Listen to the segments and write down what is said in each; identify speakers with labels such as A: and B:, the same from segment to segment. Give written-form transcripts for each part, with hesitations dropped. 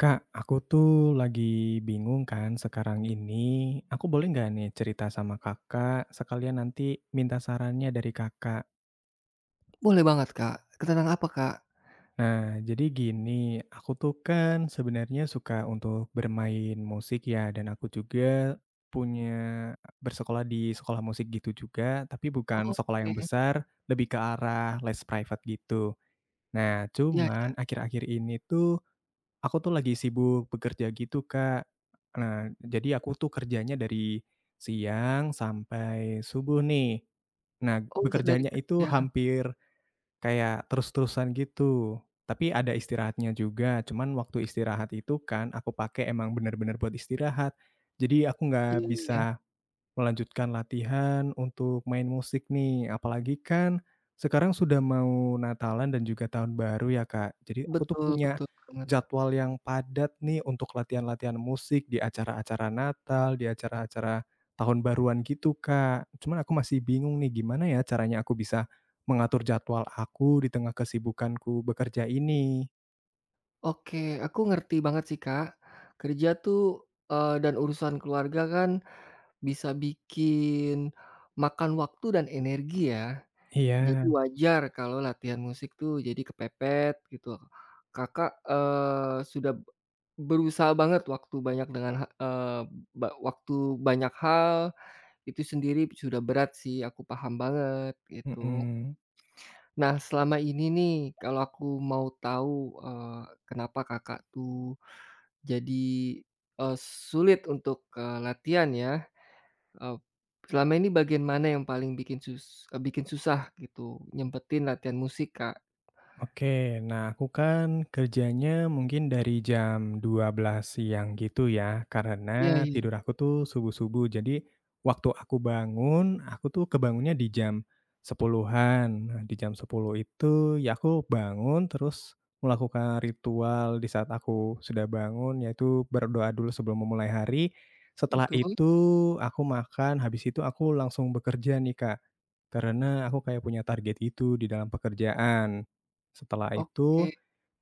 A: Kak, aku tuh lagi bingung kan sekarang ini. Aku boleh nggak nih cerita sama kakak, sekalian nanti minta sarannya dari kakak.
B: Boleh banget, Kak. Ketenangan apa, Kak?
A: Nah, jadi gini, aku tuh kan sebenarnya suka untuk bermain musik ya, dan aku juga punya bersekolah di sekolah musik gitu juga, tapi bukan sekolah yang
B: Oke,
A: besar, lebih ke arah les private gitu. Nah,
B: iya iya.
A: cuman akhir-akhir ini tuh aku tuh lagi sibuk bekerja gitu, Kak. Nah, jadi aku tuh kerjanya dari siang sampai subuh nih. Nah,
B: Oh, se dari
A: bekerjanya itu
B: kerja.
A: hampir kayak terus-terusan gitu, tapi ada istirahatnya juga. Cuman waktu istirahat itu kan aku pakai emang bener-bener buat istirahat. Jadi aku nggak
B: Iya iya.
A: bisa melanjutkan latihan untuk main musik nih, apalagi kan sekarang sudah mau Natalan dan juga Tahun Baru ya, Kak. Jadi aku tuh
B: Betul
A: punya
B: betul banget.
A: jadwal yang padat nih untuk latihan-latihan musik di acara-acara Natal, di acara-acara Tahun Baruan gitu, Kak. Cuman aku masih bingung nih gimana ya caranya aku bisa mengatur jadwal aku di tengah kesibukanku bekerja ini.
B: Oke, aku ngerti banget sih, Kak. Kerja tuh, dan urusan keluarga kan bisa bikin makan waktu dan energi ya. Jadi
A: Iya,
B: wajar kalau latihan musik tuh jadi kepepet gitu. Kakak, sudah berusaha banget waktu banyak dengan ha eee, ba waktu banyak hal itu sendiri sudah berat sih, aku paham banget gitu.
A: mhm.
B: Nah, selama ini nih kalau aku mau tahu, eee, kenapa Kakak tuh jadi, eee, sulit untuk, latihan ya, eee, selama ini bagian mana yang paling bikin bikin susah gitu nyempetin latihan musik, Kak?
A: Oke, nah aku kan kerjanya mungkin dari jam 12 siang gitu ya,
B: Iya
A: karena
B: iya,
A: tidur aku tuh subuh-subuh. Jadi waktu aku bangun, aku tuh kebangunnya di jam sepuluhan. Nah, di jam 10 itu ya aku bangun terus melakukan ritual di saat aku sudah bangun, yaitu berdoa dulu sebelum memulai hari. Setelah
B: betul,
A: itu aku makan, habis itu aku langsung bekerja nih, Kak. Karena aku kayak punya target itu di dalam pekerjaan. Setelah
B: oke.
A: itu,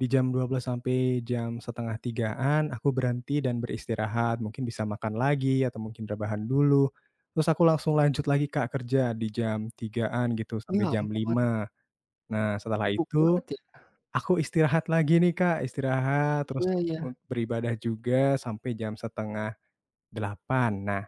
A: di jam 12 sampai jam setengah tigaan aku berhenti dan beristirahat, mungkin bisa makan lagi atau mungkin rebahan dulu. Terus aku langsung lanjut lagi, Kak, kerja di jam tigaan gitu
B: Ya
A: sampai jam
B: ampun,
A: lima Nah, setelah
B: sibuk
A: itu,
B: banget ya?
A: aku istirahat lagi nih, Kak, istirahat terus,
B: Iya iya,
A: beribadah juga sampai jam setengah delapan. Nah,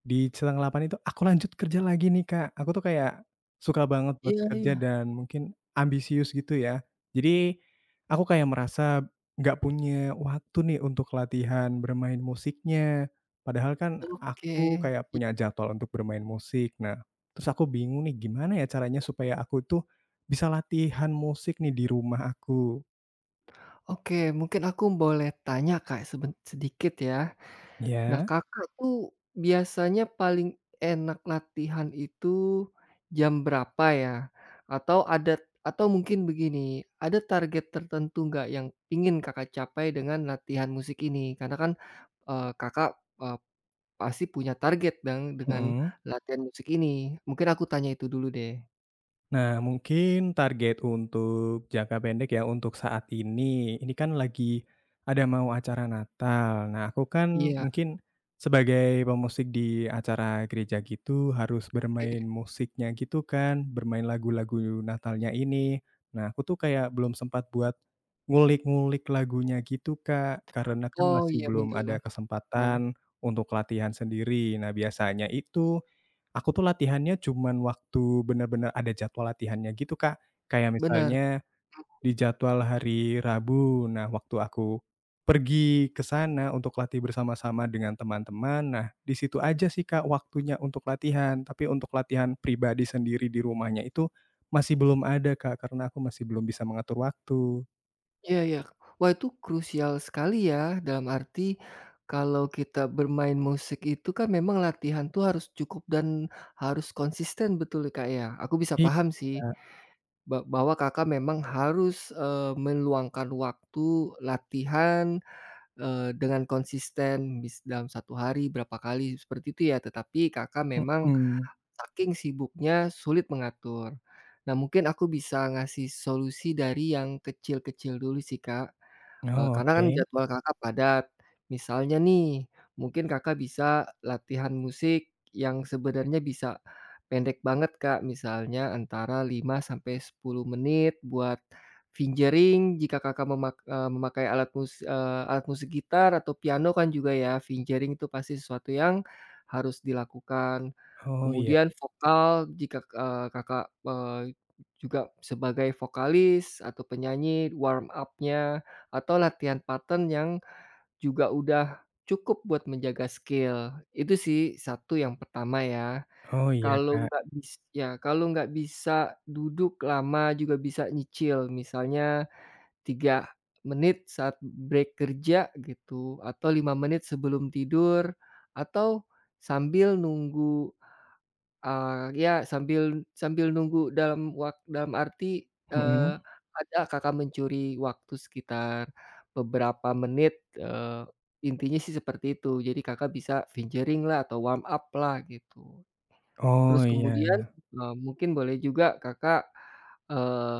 A: di setengah delapan itu aku lanjut kerja lagi nih, Kak. Aku tuh kayak suka banget buat
B: iya
A: bekerja
B: iya,
A: dan mungkin ambisius gitu ya. Jadi aku kayak merasa nggak punya waktu nih untuk latihan bermain musiknya. Padahal kan
B: oke.
A: aku kayak punya jadwal untuk bermain musik. Nah, terus aku bingung nih gimana ya caranya supaya aku tuh bisa latihan musik nih di rumah aku.
B: Oke, mungkin aku boleh tanya, Kak, sedikit ya? Nah,
A: Ya,
B: Kakak tuh biasanya paling enak latihan itu jam berapa ya? Atau ada atau mungkin begini, ada target tertentu nggak yang ingin Kakak capai dengan latihan musik ini? Karena kan, Kakak, eee, pasti punya target dong dengan
A: mhm.
B: latihan musik ini. Mungkin aku tanya itu dulu deh.
A: Nah, mungkin target untuk jangka pendek ya, untuk saat ini kan lagi ada mau acara Natal. Nah, aku kan
B: Iya,
A: mungkin sebagai pemusik di acara gereja gitu harus bermain
B: oke.
A: musiknya gitu kan, bermain lagu-lagu Natalnya ini. Nah, aku tuh kayak belum sempat buat ngulik-ngulik lagunya gitu, Kak, karena kan
B: Oh,
A: masih
B: iya,
A: belum ada
B: betul, betul.
A: kesempatan untuk latihan sendiri. Nah, biasanya itu aku tuh latihannya cuman waktu bener-bener ada jadwal latihannya gitu, Kak. Kayak
B: Bener.
A: misalnya di jadwal hari Rabu, nah waktu aku pergi ke sana untuk latih bersama-sama dengan teman-teman, nah di situ aja sih, Kak, waktunya untuk latihan. Tapi untuk latihan pribadi sendiri di rumahnya itu masih belum ada, Kak, karena aku masih belum bisa mengatur waktu.
B: Iya iya. Wah, itu krusial sekali ya, dalam arti kalau kita bermain musik itu kan memang latihan tuh harus cukup dan harus konsisten betul Kak ya? Aku bisa
A: Iya,
B: paham sih,
A: Kak.
B: bahwa Kakak memang harus, meluangkan waktu latihan, dengan konsisten dalam satu hari berapa kali seperti itu ya, tetapi Kakak memang
A: Mhm.
B: saking sibuknya sulit mengatur. Nah, mungkin aku bisa ngasih solusi dari yang kecil-kecil dulu sih, Kak.
A: Oh,
B: Karena kan
A: oke.
B: jadwal Kakak padat. Misalnya nih, mungkin Kakak bisa latihan musik yang sebenarnya bisa pendek banget, Kak. Misalnya antara 5 sampai 10 menit buat fingering jika Kakak memakai alat musik gitar atau piano kan juga ya, fingering itu pasti sesuatu yang harus dilakukan.
A: Oh, iya.
B: Kemudian vokal jika, Kakak, juga sebagai vokalis atau penyanyi warm up-nya atau latihan pattern yang juga udah cukup buat menjaga skill. Itu sih satu yang pertama ya.
A: Oh, iya, Kak.
B: Kalau nggak bisa duduk lama juga bisa nyicil, misalnya 3 menit saat break kerja gitu, atau 5 menit sebelum tidur, atau sambil nunggu. Eee, ya sambil sambil nunggu dalam dalam arti,
A: Mhm.
B: ada Kakak mencuri waktu sekitar beberapa menit, intinya sih seperti itu. Jadi Kakak bisa fingering lah atau warm up lah gitu.
A: Oh,
B: Terus
A: iya.
B: kemudian, mungkin boleh juga Kakak, eee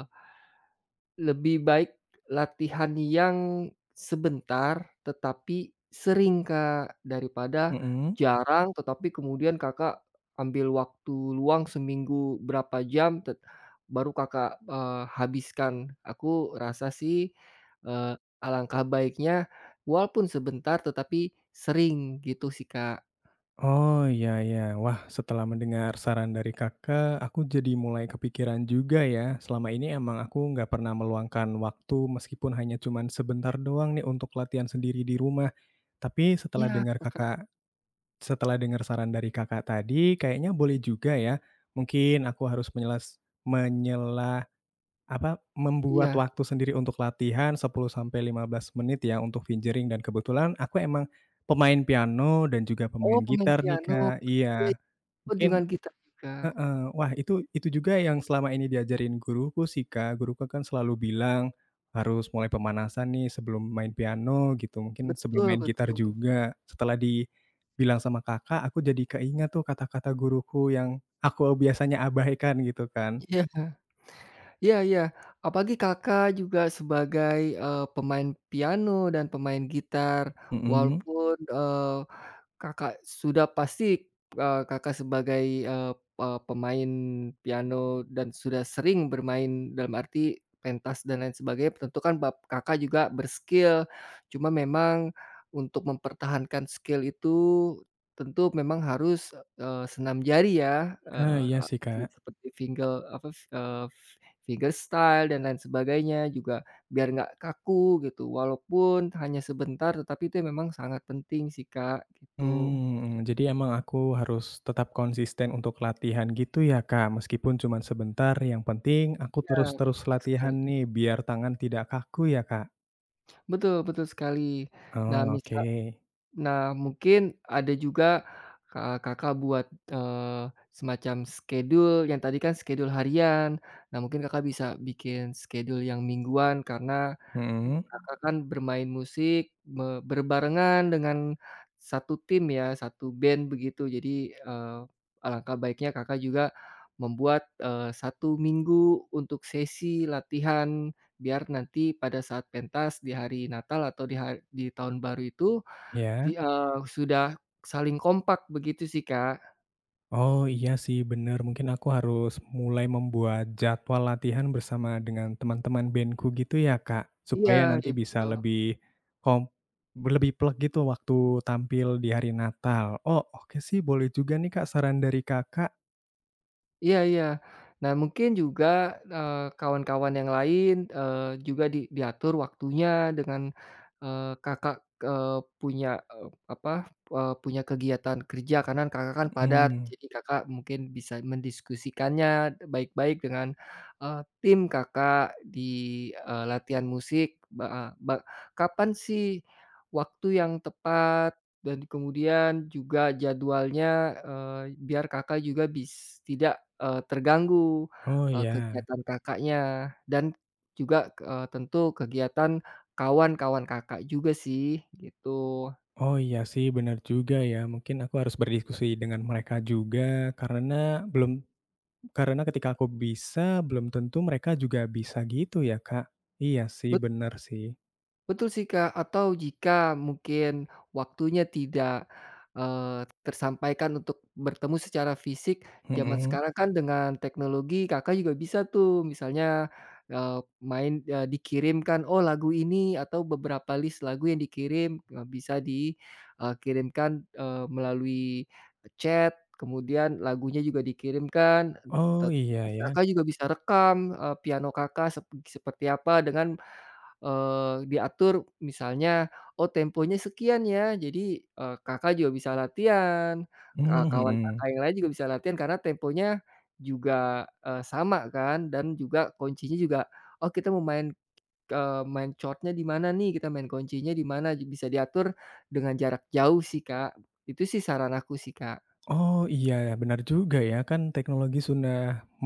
B: lebih baik latihan yang sebentar tetapi sering, Kak, daripada
A: Mhm.
B: jarang tetapi kemudian Kakak ambil waktu luang seminggu berapa jam baru Kakak, habiskan. Aku rasa sih, eee, alangkah baiknya walaupun sebentar tetapi sering gitu sih, Kak.
A: Oh, iya ya. Wah, setelah mendengar saran dari Kakak, aku jadi mulai kepikiran juga ya. Selama ini emang aku nggak pernah meluangkan waktu meskipun hanya cuman sebentar doang nih untuk latihan sendiri di rumah. Tapi setelah
B: Iya,
A: dengar
B: maka
A: Kakak setelah dengar saran dari Kakak tadi, kayaknya boleh juga ya. Mungkin aku harus menyela apa, membuat
B: iya.
A: waktu sendiri untuk latihan 10 sampai 15 menit ya untuk fingering, dan kebetulan aku emang pemain piano dan juga
B: Oh,
A: pemain
B: pemain
A: gitar nih,
B: piano.
A: Kak.
B: Iya,
A: Iya,
B: ikut dengan
A: mungkin
B: gitar juga.
A: heeh, wah itu juga yang selama ini diajarin guruku sih, Kak. Guruku kan selalu bilang, "Harus mulai pemanasan nih sebelum main piano," gitu, mungkin sebelum
B: Betul
A: main gitar
B: betul.
A: juga. Setelah dibilang sama Kakak, aku jadi keingat tuh kata-kata guruku yang aku biasanya abaikan gitu kan.
B: Iya. Iya iya, apalagi Kakak juga sebagai, pemain piano dan pemain gitar,
A: Mhm.
B: walaupun, Kakak sudah pasti, Kakak sebagai, eee, pe pemain piano dan sudah sering bermain dalam arti pentas dan lain sebagainya, tentu kan Kakak juga ber-skill. Cuma memang untuk mempertahankan skill itu tentu memang harus, senam jari ya,
A: Ah,
B: eee,
A: iya sih,
B: aki
A: Kak.
B: seperti fingerstyle dan lain sebagainya juga biar nggak kaku gitu, walaupun hanya sebentar, tetapi itu memang sangat penting sih, Kak, gitu.
A: Hmm, hmm, jadi emang aku harus tetap konsisten untuk latihan gitu ya, Kak, meskipun cuman sebentar, yang penting aku
B: Iya,
A: terus-terus
B: betul
A: latihan
B: sekali.
A: nih biar tangan tidak kaku ya, Kak?
B: Betul betul sekali. Nah,
A: Oh,
B: misa
A: oke.
B: nah, mungkin ada juga, Kakak buat, eee, semacam schedule yang tadi kan schedule harian. Nah, mungkin Kakak bisa bikin schedule yang mingguan karena
A: Hmm,
B: Kakak kan bermain musik berbarengan dengan satu tim ya, satu band begitu. Jadi, alangkah baiknya Kakak juga membuat, 1 minggu untuk sesi latihan, biar nanti pada saat pentas di hari Natal atau di hari di tahun baru itu,
A: ya.
B: sudah saling kompak begitu sih, Kak.
A: Oh, iya sih bener, mungkin aku harus mulai membuat jadwal latihan bersama dengan teman-teman bandku gitu ya, Kak?
B: Iya,
A: Supaya nanti
B: iya
A: bisa
B: betul.
A: kom lebih plek gitu waktu tampil di hari Natal. Oh, oke sih boleh juga nih, Kak, saran dari Kakak.
B: Iya iya. Nah, mungkin juga, kawan-kawan yang lain, juga diatur waktunya dengan, Kakak, punya, apa, punya kegiatan kerja karena Kakak kan padat,
A: Hmm.
B: jadi Kakak mungkin bisa mendiskusikannya baik-baik dengan, tim Kakak di, latihan musik, ba ah, ba kapan sih waktu yang tepat dan kemudian juga jadwalnya, eee, biar Kakak juga tidak, terganggu,
A: Oh, iya.
B: kegiatan Kakaknya dan juga, tentu kegiatan kawan-kawan Kakak juga sih, gitu.
A: Oh, iya sih benar juga ya. Mungkin aku harus berdiskusi dengan mereka juga karena belum, karena ketika aku bisa belum tentu mereka juga bisa gitu ya, Kak. Iya sih benar sih.
B: Betul sih, Kak, atau jika mungkin waktunya tidak, tersampaikan untuk bertemu secara fisik, zaman
A: Mhm.
B: sekarang kan dengan teknologi Kakak juga bisa tuh misalnya, dikirimkan, "Oh, lagu ini," atau beberapa list lagu yang dikirim, bisa dikirimkan melalui chat, kemudian lagunya juga dikirimkan, te
A: Oh, iya
B: terus
A: ya.
B: Kakak juga bisa rekam, piano Kakak seperti apa dengan diatur misalnya, "Oh, temponya sekian ya." Jadi, Kakak juga bisa latihan,
A: Mmm,
B: kawan
A: mhm.
B: Kakak yang lain juga bisa latihan karena temponya juga, sama kan dan juga kuncinya juga, "Oh, kita mau main, chordnya di mana nih, kita main kuncinya di mana." Bisa diatur dengan jarak jauh sih, Kak. Itu sih saran aku sih, Kak.
A: Oh, iya ya benar juga ya, kan teknologi sudah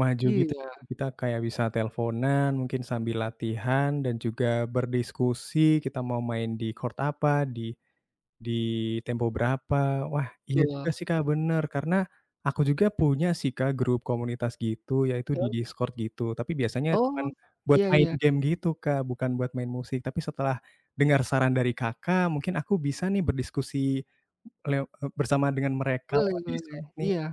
A: maju gitu.
B: Iya,
A: Kita kayak bisa teleponan, mungkin sambil latihan dan juga berdiskusi kita mau main di court apa, di Di tempo berapa. Wah, iya juga
B: betul.
A: sih, Kak, bener, karena aku juga punya sih, Kak, grup komunitas gitu, yaitu di Discord gitu, tapi biasanya cuman
B: Oh,
A: buat
B: iya
A: main
B: iya.
A: game gitu, Kak, bukan buat main musik. Tapi setelah dengar saran dari Kakak, mungkin aku bisa nih berdiskusi bersama dengan mereka
B: Boleh
A: lewat
B: boleh.
A: Discord nih.
B: Iya.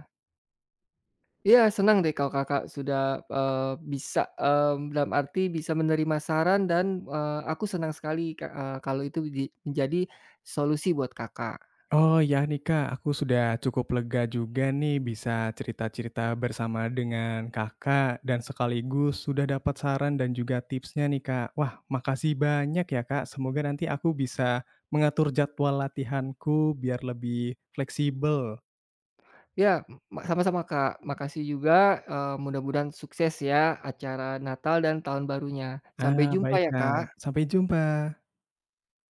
B: Iya, senang deh kalau Kakak sudah, bisa, mmm, dalam arti bisa menerima saran dan, aku senang sekali kalau itu menjadi solusi buat Kakak.
A: Oh ya nih Kak, aku sudah cukup lega juga nih bisa cerita-cerita bersama dengan Kakak dan sekaligus sudah dapat saran dan juga tipsnya nih, Kak. Wah, makasih banyak ya, Kak. Semoga nanti aku bisa mengatur jadwal latihanku biar lebih fleksibel.
B: Ya, sama-sama Kak, makasih juga, mudah-mudahan sukses ya acara Natal dan tahun barunya. Sampai
A: Ah,
B: jumpa
A: baik
B: ya,
A: Kak.
B: Kak.
A: Sampai jumpa.